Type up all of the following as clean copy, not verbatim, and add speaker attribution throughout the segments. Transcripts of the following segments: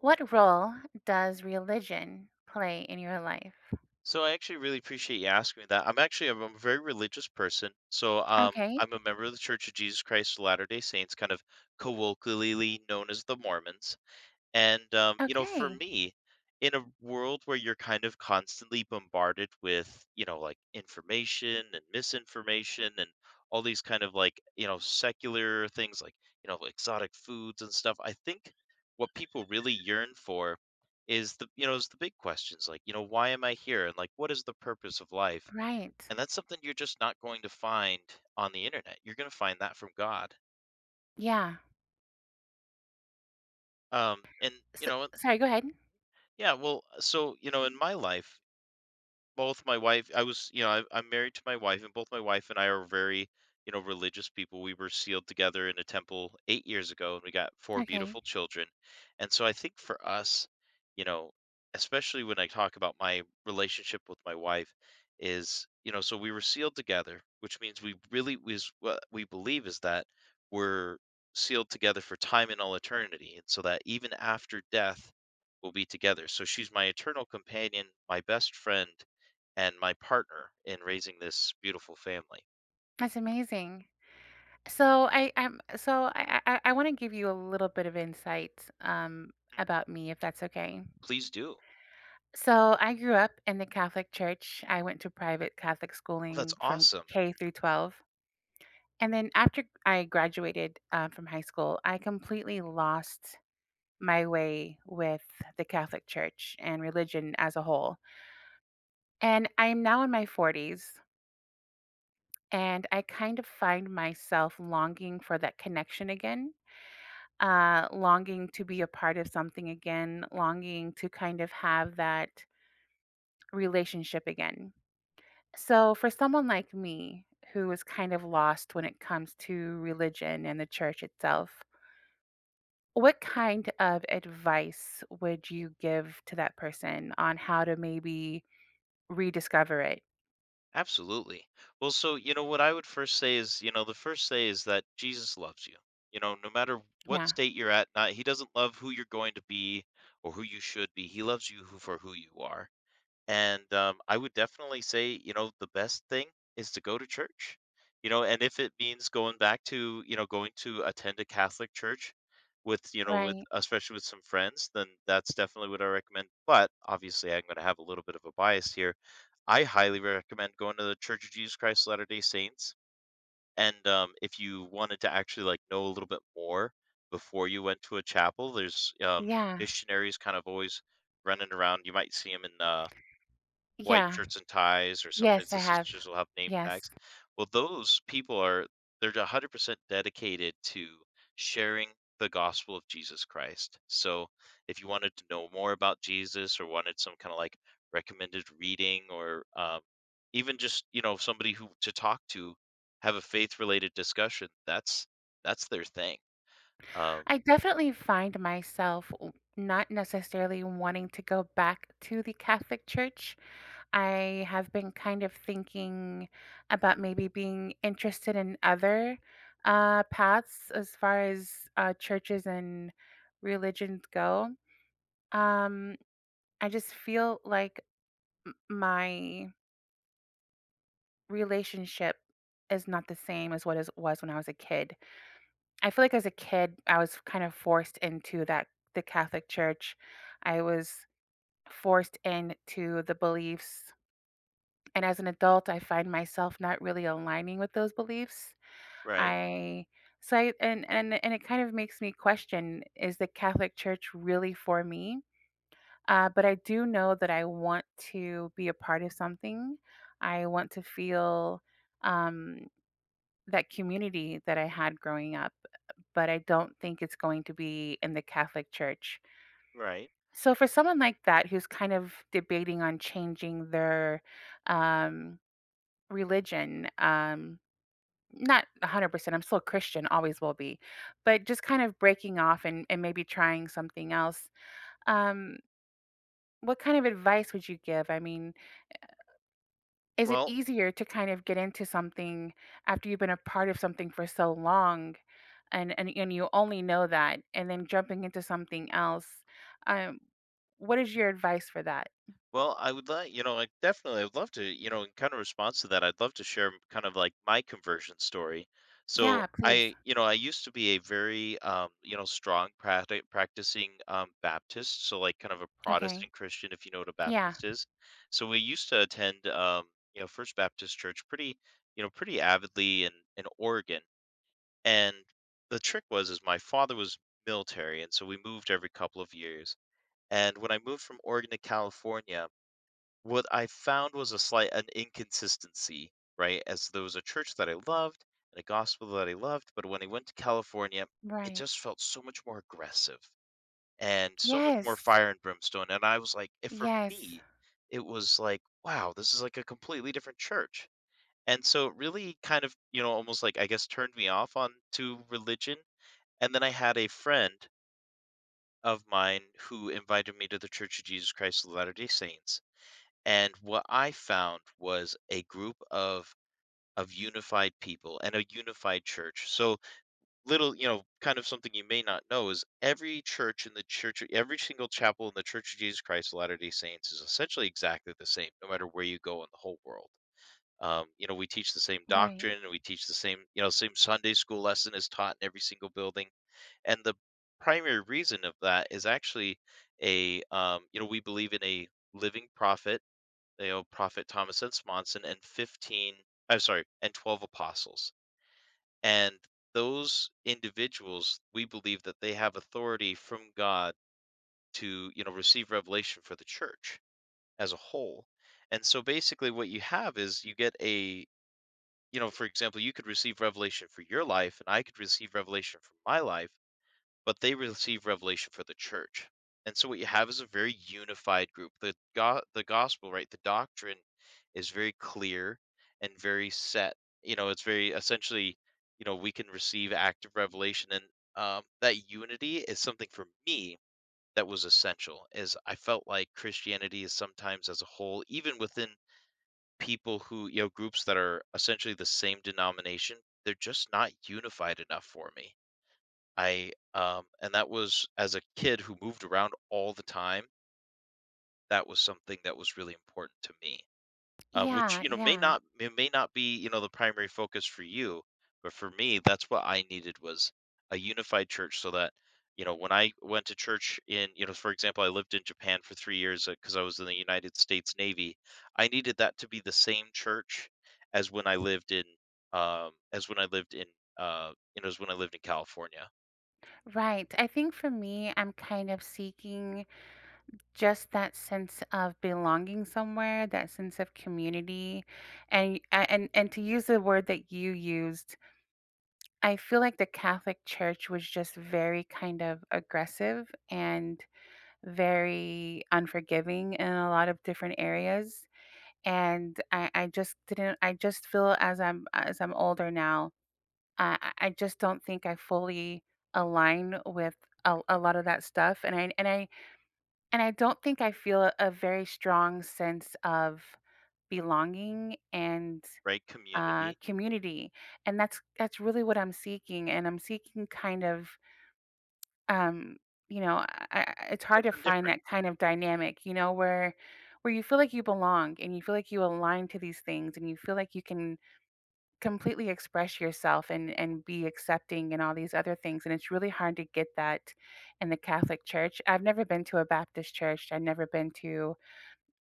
Speaker 1: What role does religion play in your life?
Speaker 2: So I actually really appreciate you asking me that. I'm a very religious person. So
Speaker 1: Okay.
Speaker 2: I'm a member of the Church of Jesus Christ of Latter-day Saints, kind of colloquially known as the Mormons. And, for
Speaker 1: Okay.
Speaker 2: me, in a world where you're kind of constantly bombarded with, like information and misinformation and all these kind of like, secular things like, exotic foods and stuff, I think what people really yearn for is the big questions like, why am I here? And like, what is the purpose of life?
Speaker 1: Right.
Speaker 2: And that's something you're just not going to find on the internet. You're going to find that from God.
Speaker 1: Yeah.
Speaker 2: Um, and,
Speaker 1: S
Speaker 2: you know,
Speaker 1: Sorry, go ahead.
Speaker 2: yeah, well, so, in my life, both my wife I was, you know, I, I'm married to my wife, and both my wife and I are very, religious people. We were sealed together in a temple 8 years ago, and we got four
Speaker 1: Okay.
Speaker 2: beautiful children. And so I think for us, you know, especially when I talk about my relationship with my wife, is so we were sealed together, which means we really is what we believe is that we're sealed together for time and all eternity, and so that even after death, we'll be together. So she's my eternal companion, my best friend, and my partner in raising this beautiful family.
Speaker 1: That's amazing. So I I'm so I wanna give you a little bit of insight,
Speaker 2: Mm.
Speaker 1: about me, if that's okay.
Speaker 2: Please do.
Speaker 1: So I grew up in the Catholic Church. I went to private Catholic
Speaker 2: Well, that's
Speaker 1: schooling from
Speaker 2: awesome.
Speaker 1: K through 12. And then after I graduated, from high school, I completely lost my way with the Catholic Church and religion as a whole. And I'm now in my 40s, and I kind of find myself longing for that connection again, longing to be a part of something again, longing to kind of have that relationship again. So, for someone like me who is kind of lost when it comes to religion and the church itself, what kind of advice would you give to that person on how to maybe rediscover it?
Speaker 2: Absolutely. Well, so, what I would first say is, the first say is that Jesus loves you. You know, no matter what
Speaker 1: Yeah,
Speaker 2: state you're at, not, he doesn't love who you're going to be or who you should be. He loves for who you are. And, I would definitely say, the best thing is to go to church, and if it means going back to, going to attend a Catholic church with, with
Speaker 1: right.
Speaker 2: especially with some friends, then that's definitely what I recommend. But obviously, I'm going to have a little bit of a bias here. I highly recommend going to the Church of Jesus Christ of Latter-day Saints. And if you wanted to actually like know a little bit more before you went to a chapel, there's
Speaker 1: Yeah,
Speaker 2: missionaries kind of always running around. You might see them in white
Speaker 1: yeah.
Speaker 2: shirts and ties, or sometimes
Speaker 1: Yes, I
Speaker 2: the
Speaker 1: have.
Speaker 2: sisters will have name
Speaker 1: Yes.
Speaker 2: tags. Well, those people are they're 100% dedicated to sharing the gospel of Jesus Christ. So, if you wanted to know more about Jesus or wanted some kind of like recommended reading or even just, somebody who to talk to, have a faith related discussion, that's their thing. Um,
Speaker 1: I definitely find myself not necessarily wanting to go back to the Catholic Church. I have been kind of thinking about maybe being interested in other paths as far as churches and religions go. Um, I just feel like my relationship is not the same as what it was when I was a kid. I feel like as a kid, I was kind of forced into that the Catholic Church. I was forced into the beliefs. And as an adult, I find myself not really aligning with those beliefs.
Speaker 2: right,
Speaker 1: I and and it kind of makes me question: is the Catholic Church really for me? But I do know that I want to be a part of something. I want to feel um, that community that I had growing up, but I don't think it's going to be in the Catholic Church.
Speaker 2: right.
Speaker 1: So for someone like that who's kind of debating on changing their um, religion, not 100%, I'm still a Christian, always will be, but just kind of breaking off and, maybe trying something else, um, what kind of advice would you give? I mean, is it
Speaker 2: Well,
Speaker 1: easier to kind of get into something after you've been a part of something for so long and and you only know that and then jumping into something else? Um, what is your advice for that?
Speaker 2: Well, I would like, like definitely, I'd love to, in kind of response to that, I'd love to share kind of like my conversion story. So
Speaker 1: Yeah, please.
Speaker 2: I used to be a very, strong practicing Baptist, so like kind of a
Speaker 1: Okay.
Speaker 2: Protestant Christian, if you know what a
Speaker 1: Yeah.
Speaker 2: Baptist is. So we used to attend, First Baptist Church pretty avidly in Oregon. And the trick was, is my father was military, and so we moved every couple of years. And when I moved from Oregon to California, what I found was a slight an inconsistency, right? As there was a church that I loved and a gospel that I loved, but when I went to California, it
Speaker 1: Right.
Speaker 2: just felt so much more aggressive and so much more
Speaker 1: Yes.
Speaker 2: fire and brimstone. And I was like, if for
Speaker 1: Yes.
Speaker 2: me, it was like, wow, this is like a completely different church. And so it really kind of, almost like I guess turned me off on to religion. And then I had a friend of mine who invited me to the Church of Jesus Christ of Latter-day Saints and what I found was a group of unified people and a unified church. So little, kind of something you may not know is every church in the church, every single chapel in the Church of Jesus Christ of Latter-day Saints is essentially exactly the same, no matter where you go in the whole world. We teach the same
Speaker 1: Right.
Speaker 2: doctrine and we teach the same Sunday school lesson is taught in every single building. And the primary reason of that is actually we believe in a living prophet they owe Prophet Thomas and Smonson and and 12 apostles. And those individuals, we believe that they have authority from God to, receive revelation for the church as a whole. And so basically what you have is you get a for example, you could receive revelation for your life and I could receive revelation for my life but they receive revelation for the church. And so what you have is a very unified group. The gospel, right? The doctrine is very clear and very set. You know, it's very essentially, we can receive active revelation and that unity is something for me that was essential is I felt like Christianity is sometimes as a whole, even within people who, you know, groups that are essentially the same denomination, they're just not unified enough for me and that was as a kid who moved around all the time, that was something that was really important to me, which,
Speaker 1: Yeah.
Speaker 2: may
Speaker 1: Yeah.
Speaker 2: not may may not be, the primary focus for you, but for me, that's what I needed was a unified church so that, when I went to church in, for example, I lived in Japan for 3 years, because I was in the United States Navy. I needed that to be the same church as when I lived in, um as when I lived in, as when I lived in California,
Speaker 1: Right. I think for me, I'm kind of seeking just that sense of belonging somewhere, that sense of community, and and to use the word that you used, I feel like the Catholic Church was just very kind of aggressive and very unforgiving in a lot of different areas, and I just didn't I just feel as I'm older now, I just don't think I fully align with a lot of that stuff, and I don't think I feel a very strong sense of belonging and,
Speaker 2: right? Community.
Speaker 1: community, and that's really what I'm seeking, and I'm seeking kind of um, you know, I it's hard to
Speaker 2: Something
Speaker 1: find
Speaker 2: different.
Speaker 1: that kind of dynamic, you know, where you feel like you belong and you feel like you align to these things and you feel like you can completely express yourself and be accepting and all these other things, and it's really hard to get that in the Catholic Church. I've never been to a Baptist church. I've never been to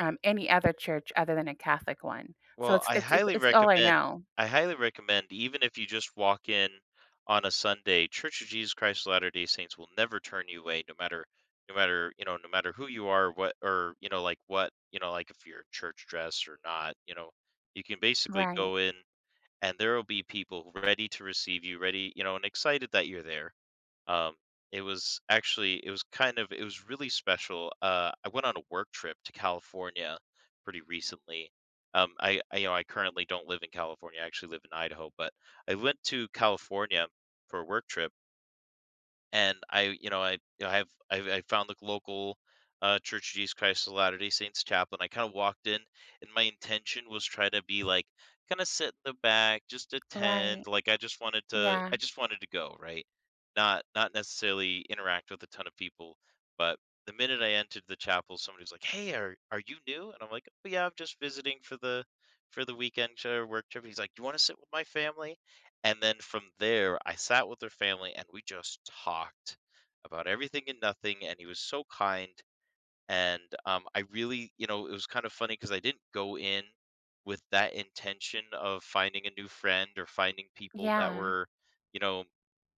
Speaker 1: any other church other than a Catholic one. So
Speaker 2: Well,
Speaker 1: it's all I know.
Speaker 2: I highly recommend even if you just walk in on a Sunday, Church of Jesus Christ of Latter-day Saints will never turn you away no matter, no matter who you are, what or, like what, like if you're church dress or not, you can basically
Speaker 1: Right.
Speaker 2: go in and there will be people ready to receive you, ready, and excited that you're there. Um, it was actually it was kind of it was really special. I went on a work trip to California pretty recently. I you know I currently don't live in California. I actually live in Idaho, but I went to California for a work trip and I, you know, I, you know, I have I found the local Church of Jesus Christ of Latter Day Saints chapel, and I kind of walked in, and my intention was try to be like, kind of sit in the back, just attend,
Speaker 1: Right.
Speaker 2: like
Speaker 1: Yeah.
Speaker 2: I just wanted to go, right? Not necessarily interact with a ton of people, but the minute I entered the chapel, somebody was like, "Hey, are you new?" And I'm like, "Oh yeah, I'm just visiting for the weekend work trip." He's like, "You want to sit with my family?" And then from there, I sat with her family and we just talked about everything and nothing. And he was so kind. And I really, it was kind of funny because I didn't go in with that intention of finding a new friend or finding people that
Speaker 1: Yeah.
Speaker 2: were, you know,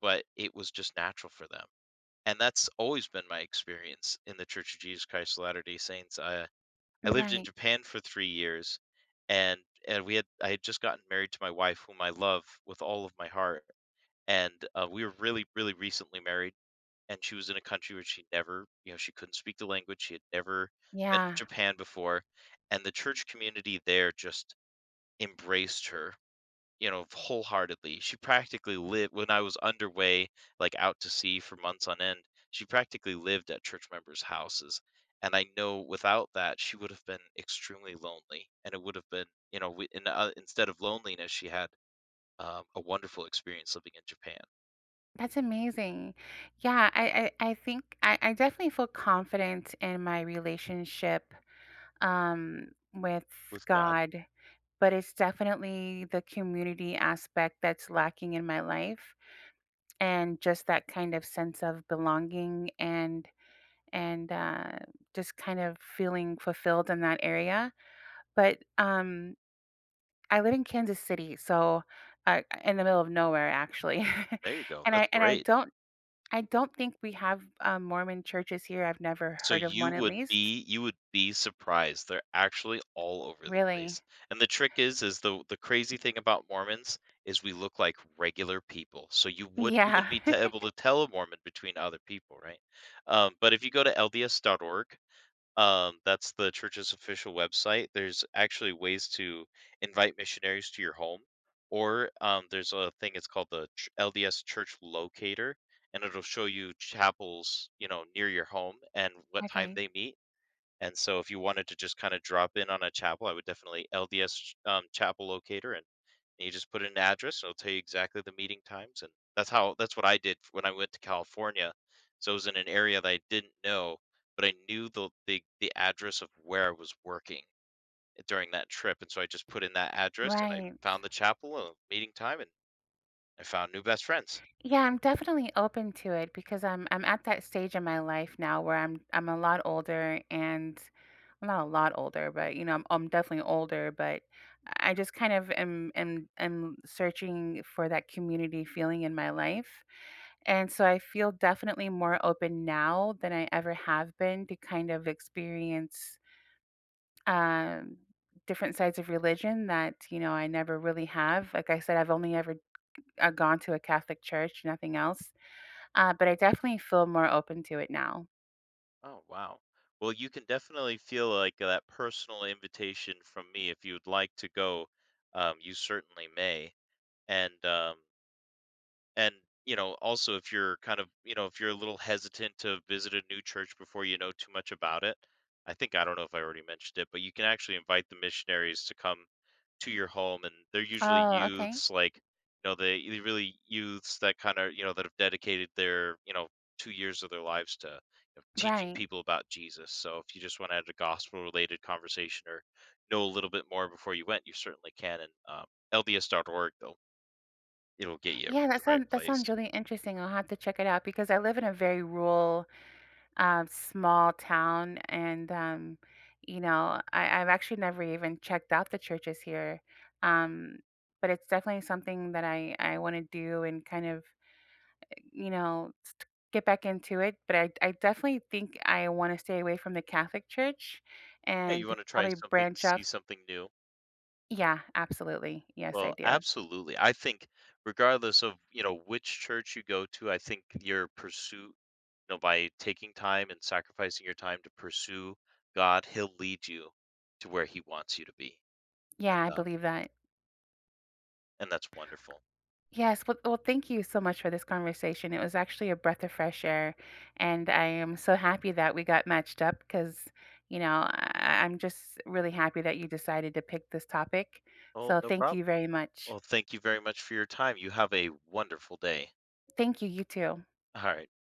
Speaker 2: but it was just natural for them. And that's always been my experience in the Church of Jesus Christ of Latter day Saints. I lived in
Speaker 1: Right.
Speaker 2: Japan for 3 years and we had I had just gotten married to my wife, whom I love with all of my heart and we were really, really recently married. And she was in a country where she never, she couldn't speak the language. She had never been to
Speaker 1: Yeah.
Speaker 2: Japan before, and the church community there just embraced her, wholeheartedly. She practically lived when I was underway, like out to sea for months on end. She practically lived at church members' houses, and I know without that she would have been extremely lonely, and it would have been, instead of loneliness, she had a wonderful experience living in Japan
Speaker 1: That's amazing. Yeah, I think I definitely feel confident in my relationship um with
Speaker 2: with God.
Speaker 1: God, but it's definitely the community aspect that's lacking in my life and just that kind of sense of belonging and and uh, just kind of feeling fulfilled in that area. But um, I live in Kansas City, so in the middle of nowhere actually.
Speaker 2: There you go,
Speaker 1: And I
Speaker 2: that's
Speaker 1: and I
Speaker 2: great.
Speaker 1: don't I don't think we have, Mormon churches here. I've never
Speaker 2: So
Speaker 1: heard of one at least.
Speaker 2: you would be surprised, they're actually all over the
Speaker 1: Really?
Speaker 2: place, and the trick is the crazy thing about Mormons is we look like regular people, so you wouldn't even
Speaker 1: Yeah.
Speaker 2: be te able to tell a Mormon between other people, right? But if you go to LDS.org. That's the church's official website. There's actually ways to invite missionaries to your home, or there's a thing. It's called the LDS Church Locator, and it'll show you chapels, near your home and what time
Speaker 1: Okay.
Speaker 2: they meet. And so if you wanted to just kind of drop in on a chapel, I would definitely LDS chapel locator and you just put in an address and it'll tell you exactly the meeting times. And that's what I did when I went to California. So it was in an area that I didn't know, but I knew the address of where I was working during that trip. And so I just put in that address and I
Speaker 1: Right.
Speaker 2: found the chapel a meeting time and I found new best friends.
Speaker 1: Yeah, I'm definitely open to it because I'm at that stage in my life now where I'm a lot older, and I'm not a lot older, but you know, I'm definitely older, but I just kind of am searching for that community feeling in my life. And so I feel definitely more open now than I ever have been to kind of experience um, different sides of religion that you know I never really have. Like I said, I've only ever gone to a Catholic church, nothing else. But I definitely feel more open to it now.
Speaker 2: Oh, wow. Well, you can definitely feel like that personal invitation from me. If you'd like to go, you certainly may. And and also if you're if you're a little hesitant to visit a new church before you know too much about it, I think I don't know if I already mentioned it, but you can actually invite the missionaries to come to your home, and they're usually
Speaker 1: Oh, okay.
Speaker 2: youths, like, they really youths that kinda, that have dedicated their, 2 years of their lives to, teaching
Speaker 1: Right.
Speaker 2: people about Jesus. So if you just wanna add a gospel-related conversation or know a little bit more before you went, you certainly can, and, LDS.org, they'll it'll get you to
Speaker 1: Yeah,
Speaker 2: the right
Speaker 1: that
Speaker 2: place.
Speaker 1: sounds really interesting. I'll have to check it out because I live in a very rural, small town, and you know, I've actually never even checked out the churches here. Um, but it's definitely something that I want to do and kind of you know, get back into it. But I definitely think I want to stay away from the Catholic Church
Speaker 2: Yeah, you
Speaker 1: and
Speaker 2: wanna try
Speaker 1: probably
Speaker 2: something,
Speaker 1: branch off.
Speaker 2: see something new.
Speaker 1: Yeah, absolutely. Yes, I
Speaker 2: Well,
Speaker 1: do.
Speaker 2: absolutely. I think regardless of, which church you go to, I think your pursuit, by taking time and sacrificing your time to pursue God, he'll lead you to where he wants you to be. And
Speaker 1: Yeah, I believe that.
Speaker 2: that's wonderful.
Speaker 1: Yes. Well, well, thank you so much for this conversation. It was actually a breath of fresh air. And I am so happy that we got matched up because, you know, I'm just really happy that you decided to pick this topic.
Speaker 2: Oh,
Speaker 1: So
Speaker 2: no
Speaker 1: thank you
Speaker 2: problem.
Speaker 1: very much.
Speaker 2: Well, thank you very much for your time. You have a wonderful day.
Speaker 1: Thank you. You too.
Speaker 2: All right. Bye.